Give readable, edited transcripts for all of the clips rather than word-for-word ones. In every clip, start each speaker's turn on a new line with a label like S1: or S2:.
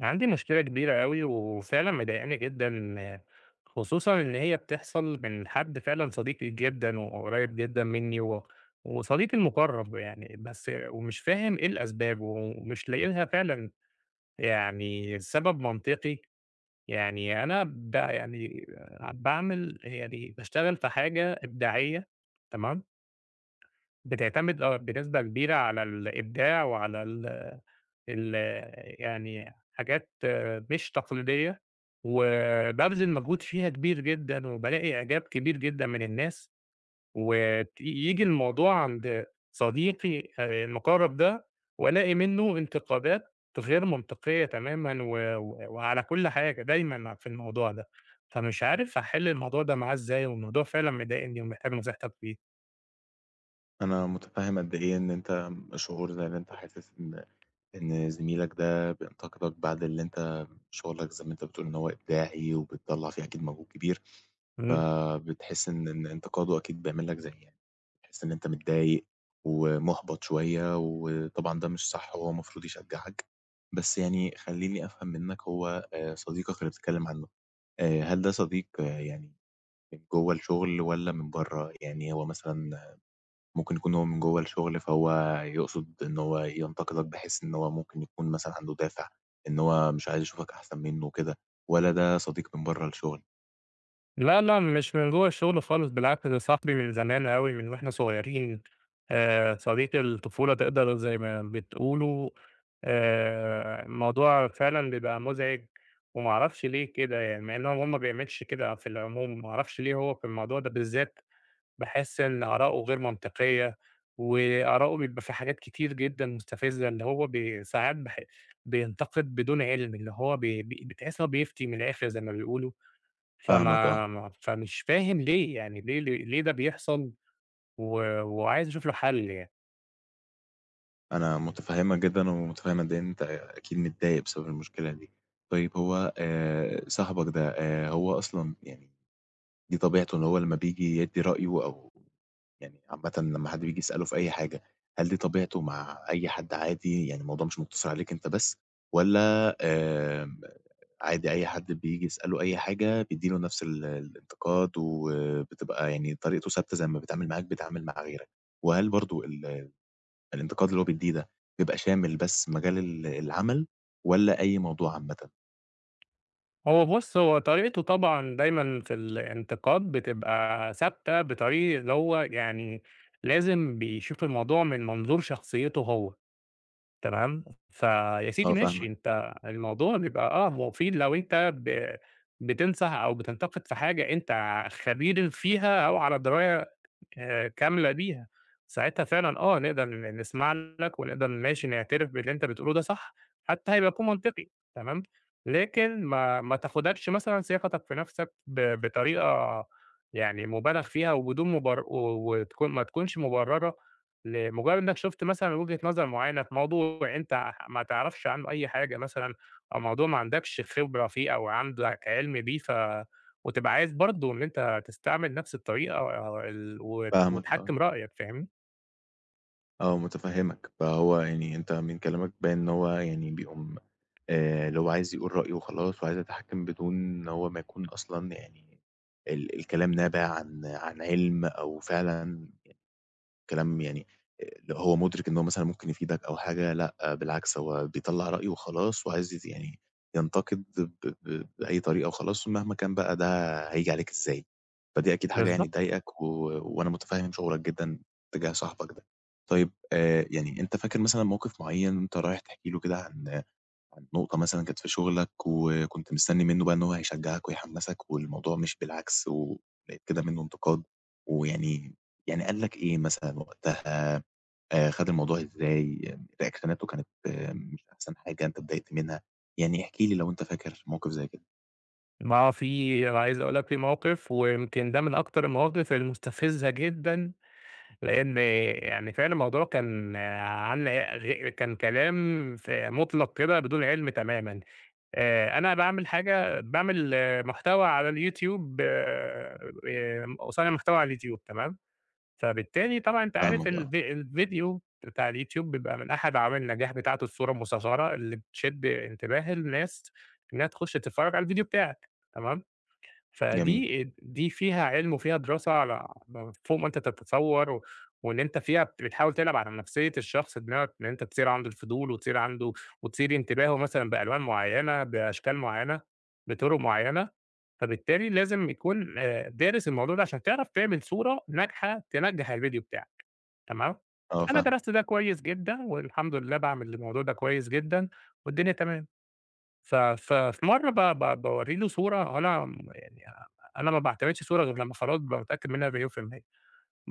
S1: عندي مشكلة كبيرة أوي وفعلًا مضايقاني جدًا، خصوصًا إن هي بتحصل من حد فعلًا صديقي جدًا وقريب جدًا منّي و وصديقي المقرب يعني، بس ومش فاهم إيه الأسباب ومش لاقي لها فعلًا يعني سبب منطقي. يعني أنا يعني يعني باشتغل في حاجة إبداعية، تمام. بتعتمد بنسبة كبيرة على الإبداع وعلى ال ال يعني حاجات مش تقليدية، وبابذل مجهود فيها كبير جدًا، وبالاقي إعجاب كبير جدًا من الناس. وييجي الموضوع عند صديقي المُقرّب ده، والاقي منه انتقادات غير منطقية تمامًا و و- وعلى كل حاجة دايمًا في الموضوع ده، فمش عارف أحل الموضوع ده معاه إزاي، والموضوع فعلًا مضايقني ومحتاج نصيحتك فيه.
S2: أنا متفهم قد إيه إن أنت شعور زي اللي أنت حاسس إن زميلك ده بينتقدك بعد اللي أنت شغلك، زي ما أنت بتقول، إن هو إبداعي وبتطلع فيه أكيد مجهود كبير، فبتحس إن انتقاده أكيد بيعمل لك زي يعني بتحس إن أنت متضايق ومُحبَط شوية، وطبعًا ده مش صح وهو المفروض يشجعك. بس يعني خلّيني أفهم منّك، هو صديقك اللي بتتكلم عنه، هل ده صديق، يعني من جوّه الشغل والّا من برّه؟ يعني هو مثلًا ممكن يكون هو من جوّه الشغل، فهو يقصد إن هو ينتقدك بحيث إن هو ممكن يكون مثلًا عنده دافع إن هو مش عايز يشوفك أحسن منّه وكده، والّا ده صديق من برّه الشغل؟
S1: لا، لأ، مش من جوّه الشغل خالص، بالعكس ده صاحبي من زمان أوي، من وإحنا صغيرين. صديق الطفولة تقدروا زي ما بتقولوا. الموضوع فعلًا بيبقى مُزعج، وما أعرفش ليه كده يعني، مع إن هو ما بيعملش كده في العموم. ما أعرفش ليه هو في الموضوع ده بالذات باحس إن آراءه غير منطقية، وآراءه بيبقى في حاجات كتير جدًا مستفزة، اللي هو ساعات بينتقد بدون علم، اللي هو بي بي بتحس إن هو بيفتي من الآخر زي ما بيقولوا.
S2: فاهمك
S1: فما
S2: آه.
S1: ما فمش فاهم ليه يعني ليه ده بيحصل و وعايز أشوف له حل يعني.
S2: أنا متفهّمك جدًا ومتفهّم قد إيه أنت أكيد متضايق بسبب المشكلة دي. طيب، هو صاحبك ده، هو أصلًا يعني دي طبيعته إن هو لمّا بييجي يدّي رأيه أو يعني عامةً لمّا حد بييجي يسأله في أي حاجة، هل دي طبيعته مع أي حد عادي؟ يعني الموضوع مش مُقتصِر عليك أنت بس، والّا عادي أي حد بييجي يسأله أي حاجة بيدّي له نفس الانتقاد، وبتبقى يعني طريقته ثابتة، زي ما بيتعامل معاك بيتعامل مع غيرك؟ وهل برضه الانتقاد اللي هو بيدّيه ده بيبقى شامل بس مجال العمل، والّا أي موضوع عامةً؟
S1: هو بُص، هو طريقته طبعًا دايمًا في الانتقاد بتبقى ثابتة بطريقة اللي هو يعني لازم بيشوف الموضوع من منظور شخصيته هو، تمام؟ فيا سيدي
S2: آه،
S1: ماشي
S2: فاهمك.
S1: أنت الموضوع بيبقى مفيد لو أنت بتنصح أو بتنتقد في حاجة أنت خبير فيها أو على دراية كاملة بيها. ساعتها فعلًا نقدر نسمع لك ونقدر ماشي نعترف باللي أنت بتقوله ده صح، حتى هيكون منطقي، تمام. لكن ما تاخدكش مثلًا ثقتك في نفسك بطريقة يعني مُبالغ فيها وبدون مبر و وتكون ما تكونش مبررة، لمجرد إنك شُفت مثلًا وجهة نظر معينة في موضوع أنت ما تعرفش عنه أي حاجة مثلًا، أو موضوع ما عندكش خبرة فيه أو عندك علم بيه، وتبقى عايز برضه إن أنت تستعمل نفس الطريقة أو ال وت
S2: فاهمك آه.
S1: وتحكّم رأيك، فاهمني؟
S2: آه، متفهّمك. فهو يعني أنت من كلامك باين إن هو يعني بيقوم، اللي هو عايز يقول رأيه وخلاص، وعايز يتحكّم بدون إن هو ما يكون أصلًا يعني الكلام نابع عن عِلم، أو فعلًا كلام يعني آآ هو مُدرِك إن هو مثلًا ممكن يفيدك أو حاجة. لأ، بالعكس، هو بيطلّع رأيه وخلاص، وعايز يعني ينتقد ب ب بأي طريقة وخلاص، مهما كان بقى ده هييجي عليك إزاي. فدي أكيد حاجة يعني
S1: بالضبط.
S2: تضايقك، وأنا مُتفهِّم شعورك جدًا تجاه صاحبك ده. طيب، يعني أنت فاكر مثلًا موقف معيّن وأنت رايح تحكي له كده عن نقطة مثلًا كانت في شغلك، وكنت مستني منه بقى إن هو هيشجعك ويحمسك، والموضوع مشي بالعكس ولقيت كده منه انتقاد، ويعني قال لك إيه مثلًا وقتها، خد الموضوع إزاي، ريأكشناته كانت مش أحسن حاجة، أنت اتضايقت منها. يعني احكِ لي لو أنت فاكر موقف زي كده.
S1: ما هو في، عايز أقول لك، في موقف ويمكن ده من أكتر المواقف المستفزة جدًا، لإن يعني فعلًا الموضوع كان عن غ كان كلام في مطلق كده بدون علم تمامًا. أنا باعمل محتوى على اليوتيوب، باصنّع محتوى على اليوتيوب، تمام؟ فبالتالي طبعًا أنت عارف
S2: فاهمك آه.
S1: الفيديو بتاع اليوتيوب بيبقى من أحد عوامل النجاح بتاعته الصورة المصغّرة اللي بتشد انتباه الناس إنها تخش تتفرّج على الفيديو بتاعك، تمام؟
S2: جميل.
S1: فدي فيها علم وفيها دراسة فوق ما أنت تتصوّر، و وإن أنت فيها بتحاول تلعب على نفسية الشخص، دماغك، إن أنت تثير عنده الفضول وتثير انتباهه مثلًا بألوان معيّنة، بأشكال معيّنة، بطرق معيّنة. فبالتالي لازم يكون دارس الموضوع ده عشان تعرف تعمل صورة ناجحة تنجّح الفيديو بتاعك، تمام.
S2: آه،
S1: أنا
S2: فاهمك.
S1: درست ده كويس جدًا والحمد لله باعمل الموضوع ده كويس جدًا، والدنيا تمام. ف ففي مرّة ب ب باورّي له صورة، أنا يعني أنا ما باعتمدش صورة غير لمّا خلاص بابقى متأكد منها مليون%، في المية.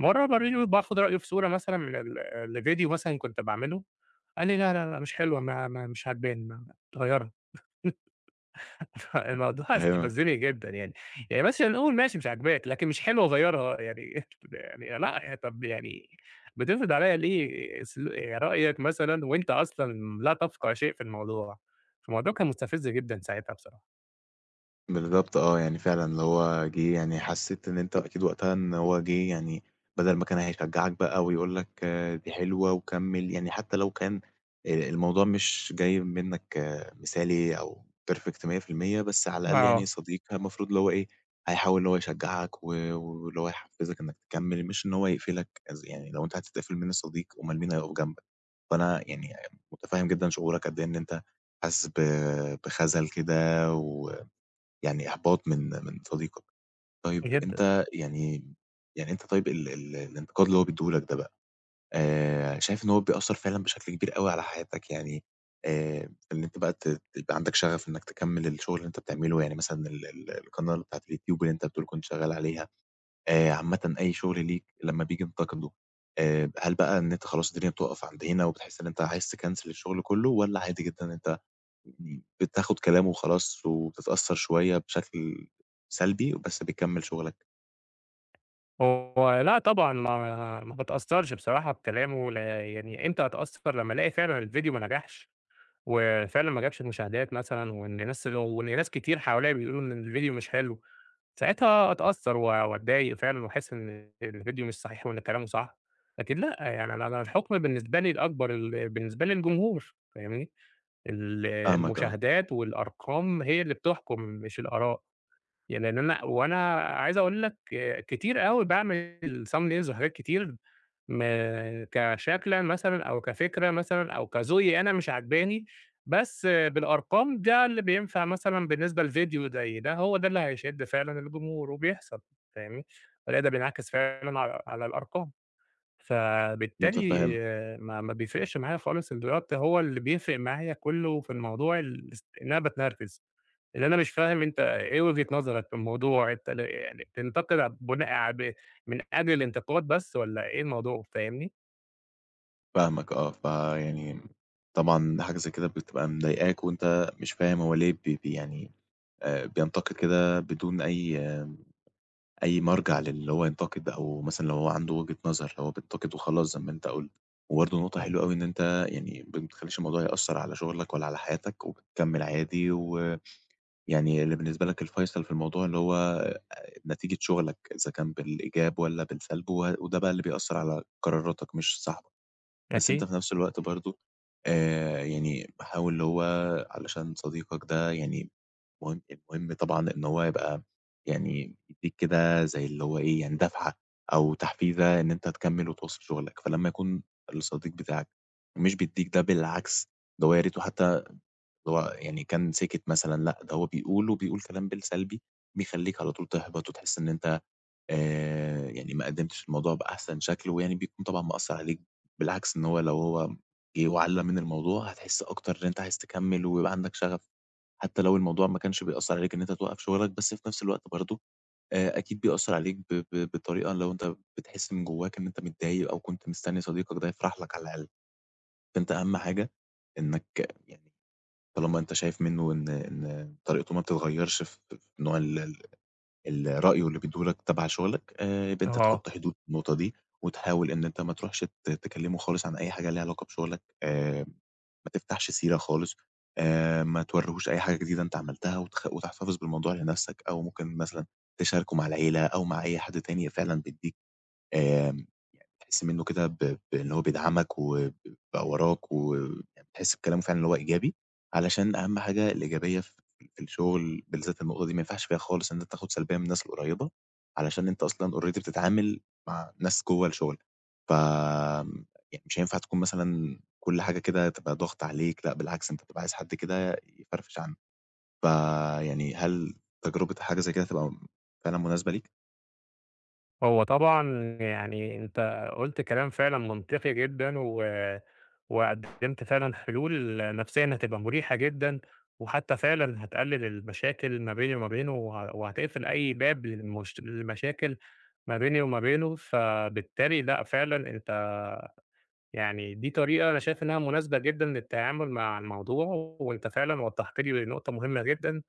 S1: مرّة باورّي له باخُد رأيه في صورة مثلًا ل ل لفيديو مثلًا كنت باعمله، قال لي: "لا، لا، لأ، مش حلوة، ما مش عاجباني، ما غيّرها." الموضوع
S2: أيوه.
S1: استفزّني جدًا يعني. يعني مثلًا نقول ماشي مش عاجباك، لكن مش حلوة غيّرها يعني يعني لأ، يعني طَب يعني بتفرض عليّا ليه رأيك مثلًا وأنت أصلًا لا تفقه شيء في الموضوع؟ فالموضوع كان مستفز جدًا ساعتها بصراحة.
S2: بالضبط، آه. يعني فعلًا اللي هو جِه، يعني حسّيت إن أنت أكيد وقتها إن هو جِه، يعني بدل ما كان هيشجّعك بقى ويقول لك دي حلوة وكمّل، يعني حتى لو كان الموضوع مش جاي منّك مثالي أو perfect 100%، بس على الأقل يعني
S1: آه.
S2: صديق المفروض اللي هو إيه، هيحاول إن هو يشجّعك، واللي هو يحفّزك إنّك تكمّل، مش إن هو يقفلك. يعني لو أنت هتتقفل من الصديق، أومال مين هيقف جنبك؟ فأنا يعني متفهّم جدًا شعورك قد إيه إن أنت حاسس بخَزَل كده، و يعني إحباط من صديقك. طيب
S1: جدًا.
S2: أنت يعني، أنت طيب ال ال الانتقاد اللي هو بيدّيه لك ده بقى، شايف إن هو بيأثّر فعلًا بشكل كبير أوي على حياتك، يعني إن أنت بقى تبقى عندك شغف إنّك تكمّل الشغل اللي أنت بتعمله، يعني مثلًا ال ال القناة بتاعة اليوتيوب اللي أنت بتقول كنت شغّال عليها، عامةً أي شغل ليك لمّا بييجي ينتقدوا، هل بقى إن أنت خلاص الدنيا بتُقف عند هنا وبتحس إن أنت عايز تكنسل الشغل كُلّه، والّا عادي جدًا أنت يعني بتاخد كلامه وخلاص وبتتأثّر شوية بشكل سلبي، بس بتكمّل شغلك؟
S1: هو لأ طبعًا ما باتأثّرش بصراحة بكلامه، لا، يعني إمتى هاتأثّر؟ لمّا ألاقي فعلًا الفيديو ما نجحش وفعلًا ما جابش مشاهدات مثلًا، وإن ناس كتير حواليّا بيقولوا إن الفيديو مش حلو، ساعتها أتأثّر وأتضايق فعلًا وأحس إن الفيديو مش صحيح وإن كلامه صح. لكن لأ، يعني أنا الحُكم بالنسبة لي الأكبر، بالنسبة لي الجمهور، فاهمني؟
S2: فاهمك آه.
S1: المشاهدات والأرقام هي اللي بتحكُم، مش الآراء. يعني إن أنا وأنا عايز أقول لك، كتير أوي باعمل thumbnails وحاجات كتير م كشكلًا مثلًا أو كفكرة مثلًا أو كذوقي أنا مش عاجباني، بس بالأرقام ده اللي بينفع مثلًا بالنسبة لفيديو زي ده، هو ده اللي هيشد فعلًا الجمهور وبيحصل، فاهمني. فده بينعكس فعلًا على الأرقام. فبالتالي
S2: متفهّم.
S1: ما بيفرقش معايا خالص الرياضة، هو اللي بيفرق معايا كلّه في الموضوع إن أنا باتنرفز. اللي أنا مش فاهم، أنت إيه وجهة نظرك في الموضوع؟ أنت يعني بتنتقد بناء ع ب من أجل الانتقاد بس، والّا إيه الموضوع، فاهمني؟
S2: فاهمك آه. فيعني طبعًا حاجة زي كده بتبقى مضايقاك، وأنت مش فاهم هو ليه بي بي يعني بينتقد كده بدون أي مرجع للي هو ينتقد، أو مثلًا لو هو عنده وجهة نظر، هو بينتقد وخلاص زي ما أنت قُلت. وبرضه نقطة حلوة أوي إن أنت يعني ما بتخلّيش الموضوع يأثّر على شغلك ولا على حياتك، وبتكمّل عادي، و يعني اللي بالنسبة لك الفيصل في الموضوع اللي هو نتيجة شغلك، إذا كان بالإيجاب والّا بالسلب، وده بقى اللي بيأثّر على قراراتك، مش صاحبك. بس أنت
S1: أكيد.
S2: في نفس الوقت برضه يعني حاول اللي هو، علشان صديقك ده يعني مهم المهم طبعًا إن هو يبقى، يعني يدّيك كده زي اللي هو إيه، يعني دفعة أو تحفيزة إن أنت تكمّل وتواصل شغلك. فلمّا يكون الصديق بتاعك مش بيدّيك ده، بالعكس، ده هو يا ريته حتى اللي هو يعني كان سِكِت مثلًا، لأ، ده هو بيقول وبيقول كلام بالسلبي، بيخلّيك على طول تحبط وتحس إن أنت يعني ما قدّمتش الموضوع بأحسن شكل، ويعني بيكون طبعًا مأثّر عليك. بالعكس، إن هو لو هو جِه وعلّى من الموضوع، هتحس أكتر إن أنت عايز تكمّل ويبقى عندك شغف. حتى لو الموضوع ما كانش بيأثّر عليك إن أنت توقّف شغلك، بس في نفس الوقت برضه أكيد بيأثّر عليك ب ب بطريقة، لو أنت بتحس من جوّاك إن أنت متضايق أو كنت مستنّي صديقك ده يفرح لك على الأقل. فأنت أهم حاجة إنّك يعني، طالما أنت شايف منّه إن طريقته ما بتتغيّرش في نوع ال ال ال رأيه اللي بيدّيه لك تبع شغلك، يبقى أنت
S1: آه،
S2: تحُط حدود في النقطة دي، وتحاول إن أنت ما تروحش تكلّمه خالص عن أي حاجة ليها علاقة بشغلك، ما تفتحش سيرة خالص، ما تورّيهوش أي حاجة جديدة أنت عملتها، وتحتفظ بالموضوع لنَفْسك، أو ممكن مثلًا تشاركه مع العيلة أو مع أي حد تاني فعلًا بيدّيك آآ تحس منّه كده بإن هو بيدعمك، بقى وراك، و يعني بتحس بكلامه فعلًا اللي هو إيجابي، علشان أهم حاجة الإيجابية في الشغل، بالذات النقطة دي ما ينفعش فيها خالص إن أنت تاخد سلبية من الناس القريّبة، علشان أنت أصلًا already بتتعامل مع ناس جوّه الشغل. ف يعني مش هينفع تكون مثلًا كل حاجة كده تبقى ضغط عليك، لأ بالعكس أنت بتبقى عايز حد كده يفرفش عنك. فيعني هل تجربة حاجة زي كده هتبقى فعلًا مناسبة ليك؟
S1: هو طبعًا يعني أنت قُلت كلام فعلًا منطقي جدًا، وقدّمت فعلًا حلول نفسيًا هتبقى مريحة جدًا، وحتى فعلًا هتقلل المشاكل ما بيني وما بينه، وهتقفل أي باب للمشاكل ما بيني وما بينه. فبالتالي لأ، فعلًا أنت يعني دي طريقة أنا شايف إنها مناسبة جدًا للتعامل مع الموضوع، وأنت فعلًا وضّحت لي نقطة مهمة جدًا.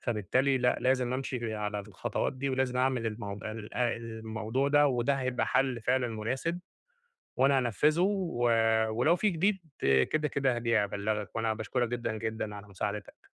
S1: فبالتالي لأ، لازم أمشي على الخطوات دي ولازم أعمل الموضوع ده، وده هيبقى حل فعلًا مناسب، وأنا هانفّذه، ولو في جديد كده، كده هاجي أبلّغك، وأنا باشكرك جدًا، جدًا على مساعدتك.